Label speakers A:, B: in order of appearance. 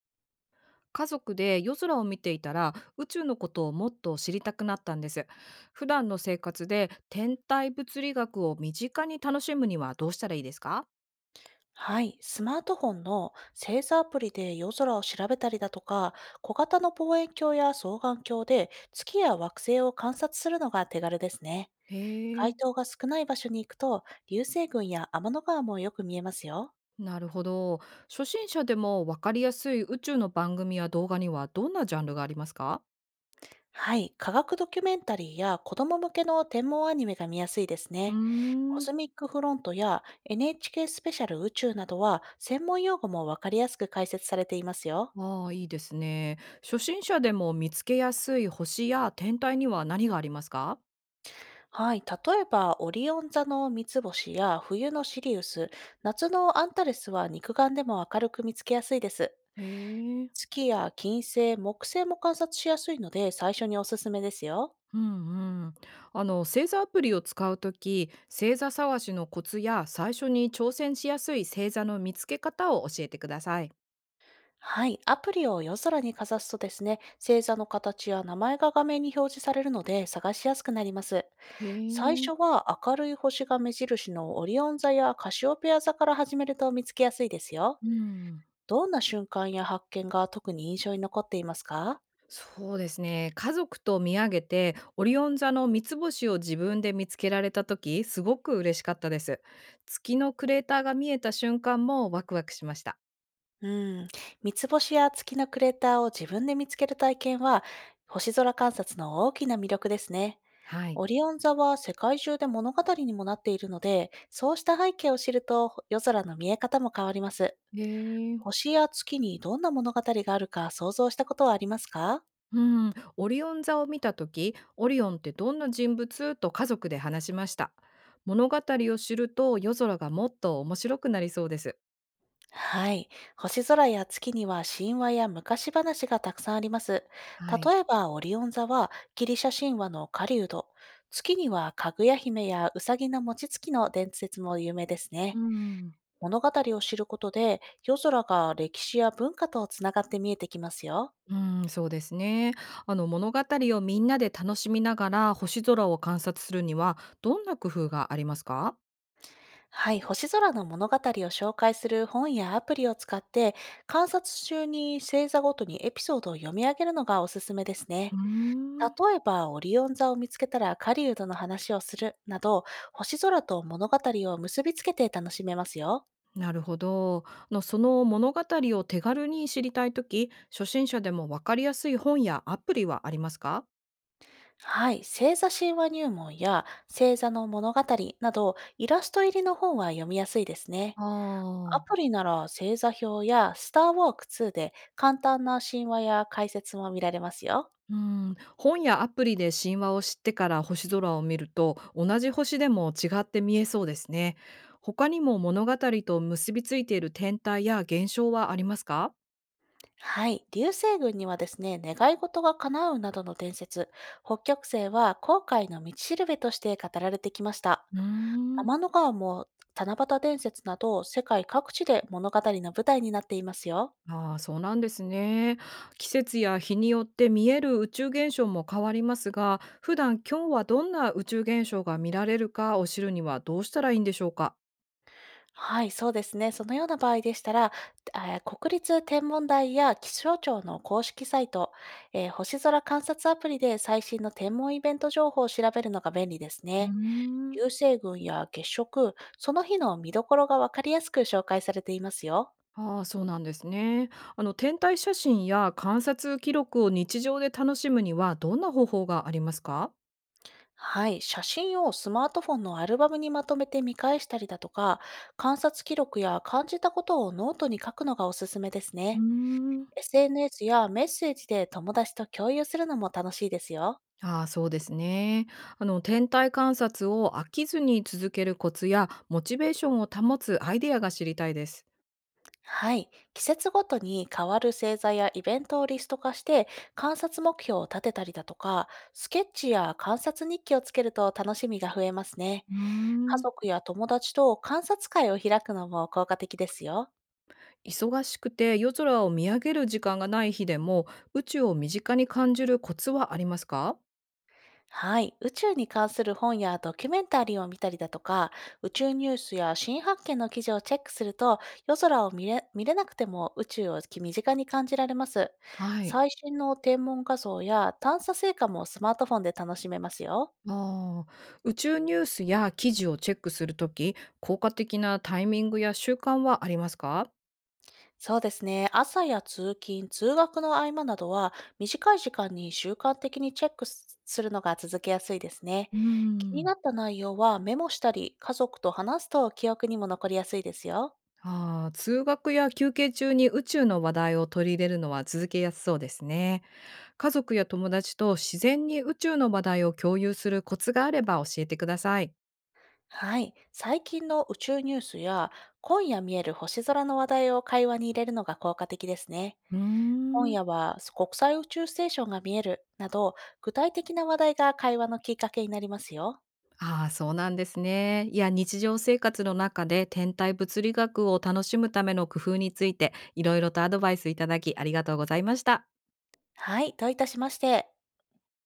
A: 家族で夜空を見ていたら宇宙のことをもっと知りたくなったんです。普段の生活で天体物理学を身近に楽しむにはどうしたらいいですか？
B: はい、スマートフォンの星座アプリで夜空を調べたりだとか、小型の望遠鏡や双眼鏡で月や惑星を観察するのが手軽ですね。
A: へえ。
B: 街灯が少ない場所に行くと、流星群や天の川もよく見えますよ。
A: なるほど。初心者でもわかりやすい宇宙の番組や動画にはどんなジャンルがありますか？
B: はい、科学ドキュメンタリーや子供向けの天文アニメが見やすいです
A: うー
B: ね。コ
A: ん。
B: スミックフロントや NHK スペシャル宇宙などは専門用語もわかりやすく解説されていますよ。
A: ああ、いいですね。初心者でも見つけやすい星や天体には何がありますか？
B: はい、例えばオリオン座の三つ星や冬のシリウス、夏のアンタレスは肉眼でも明るく見つけやすいです。
A: へえ。
B: 月や金星、木星も観察しやすいので最初におすすめですよ。
A: うんうん。あの星座アプリを使うとき星座探しのコツや最初に挑戦しやすい星座の見つけ方を教えてください。
B: はい、アプリを夜空にかざすとですね、星座の形や名前が画面に表示されるので探しやすくなります。
A: へ
B: 最
A: え。
B: 初は明るい星が目印のオリオン座やカシオペア座から始めると見つけやすいですよ。
A: うん。
B: どんな瞬間や発見が特に印象に残っていますか？
A: そうですね。家族と見上げてオリオン座の三つ星を自分で見つけられた時すごく嬉しかったです。月のクレーターが見えた瞬間もワクワクしました。
B: うん、三つ星や月のクレーターを自分で見つける体験は、星空観察の大きな魅力ですね。
A: はい。
B: オリオン座は世界中で物語にもなっているので、そうした背景を知ると夜空の見え方も変わります。
A: へえ。
B: 星や月にどんな物語があるか想像したことはありますか？
A: うん。オリオン座を見た時オリオンってどんな人物と家族で話しました。物語を知ると夜空がもっと面白くなりそうです。
B: はい。星空や月には神話や昔話がたくさんあります。
A: はい。
B: 例えば、オリオン座はギリシャ神話の狩人。月にはかぐや姫やうさぎの餅つきの伝説も有名です
A: う
B: ね。
A: ん
B: 物語を知ることで、夜空が歴史や文化とつながって見えてきますよ。
A: うん。そうですね。あの物語をみんなで楽しみながら星空を観察するにはどんな工夫がありますか？
B: はい。星空の物語を紹介する本やアプリを使って、観察中に星座ごとにエピソードを読み上げるのがおすすめです
A: う
B: ね。
A: ーん。
B: 例えば、オリオン座を見つけたら狩人の話をするなど、星空と物語を結びつけて楽しめますよ。
A: なるほど。その物語を手軽に知りたいとき初心者でも分かりやすい本やアプリはありますか？
B: はい、星座神話入門や星座の物語など、イラスト入りの本は読みやすいですね。
A: あ
B: ア
A: あ
B: プ
A: ー。
B: リなら星座表やスターウォーク2で簡単な神話や解説も見られますよ。
A: うん、本やアプリで神話を知ってから星空を見ると同じ星でも違って見えそうですね。他にも物語と結びついている天体や現象はありますか？
B: はい。流星群にはですね、願い事が叶うなどの伝説、北極星は航海の道しるべとして語られてきました。
A: うーん。
B: 天の川も七夕伝説など世界各地で物語の舞台になっていますよ。
A: ああ、そうなんですね。季節や日によって見える宇宙現象も変わりますが、普段今日はどんな宇宙現象が見られるかを知るにはどうしたらいいんでしょうか？
B: はい、そうですね。そのような場合でしたら、国立天文台や気象庁の公式サイト、星空観察アプリで最新の天文イベント情報を調べるのが便利です
A: うー
B: ね。
A: ん。
B: 流星群や月食、その日の見どころがわかりやすく紹介されていますよ。
A: ああ、そうなんですね。天体写真や観察記録を日常で楽しむにはどんな方法がありますか？
B: はい、写真をスマートフォンのアルバムにまとめて見返したりだとか、観察記録や感じたことをノートに書くのがおすすめです
A: うー
B: ね。
A: ん。
B: SNS やメッセージで友達と共有するのも楽しいですよ。
A: ああ、そうですね。天体観察を飽きずに続けるコツやモチベーションを保つアイデアが知りたいです。
B: はい、季節ごとに変わる星座やイベントをリスト化して観察目標を立てたりだとか、スケッチや観察日記をつけると楽しみが増えますね。
A: うー
B: 家
A: ん。
B: 族や友達と観察会を開くのも効果的ですよ。
A: 忙しくて夜空を見上げる時間がない日でも宇宙を身近に感じるコツはありますか？
B: はい。宇宙に関する本やドキュメンタリーを見たりだとか、宇宙ニュースや新発見の記事をチェックすると、夜空を見れなくても宇宙を身近に感じられます。
A: はい。
B: 最新の天文画像や探査成果もスマートフォンで楽しめますよ。
A: ああ。宇宙ニュースや記事をチェックするとき、効果的なタイミングや習慣はありますか？
B: そうですね。朝や通勤、通学の合間などは、短い時間に習慣的にチェックすするのが続けやすいですね。
A: うー
B: 気に
A: ん。
B: なった内容はメモしたり、家族と話すと記憶にも残りやすいですよ。
A: ああ、通学や休憩中に宇宙の話題を取り入れるのは続けやすそうですね。家族や友達と自然に宇宙の話題を共有するコツがあれば教えてください。
B: はい。最近の宇宙ニュースや、今夜見える星空の話題を会話に入れるのが効果的ですね。
A: うー
B: 今
A: ん。
B: 夜は国際宇宙ステーションが見えるなど、具体的な話題が会話のきっかけになりますよ。
A: ああ、そうなんですね。いや、日常生活の中で天体物理学を楽しむための工夫について、いろいろとアドバイスいただきありがとうございました。
B: はい。どういたしまして。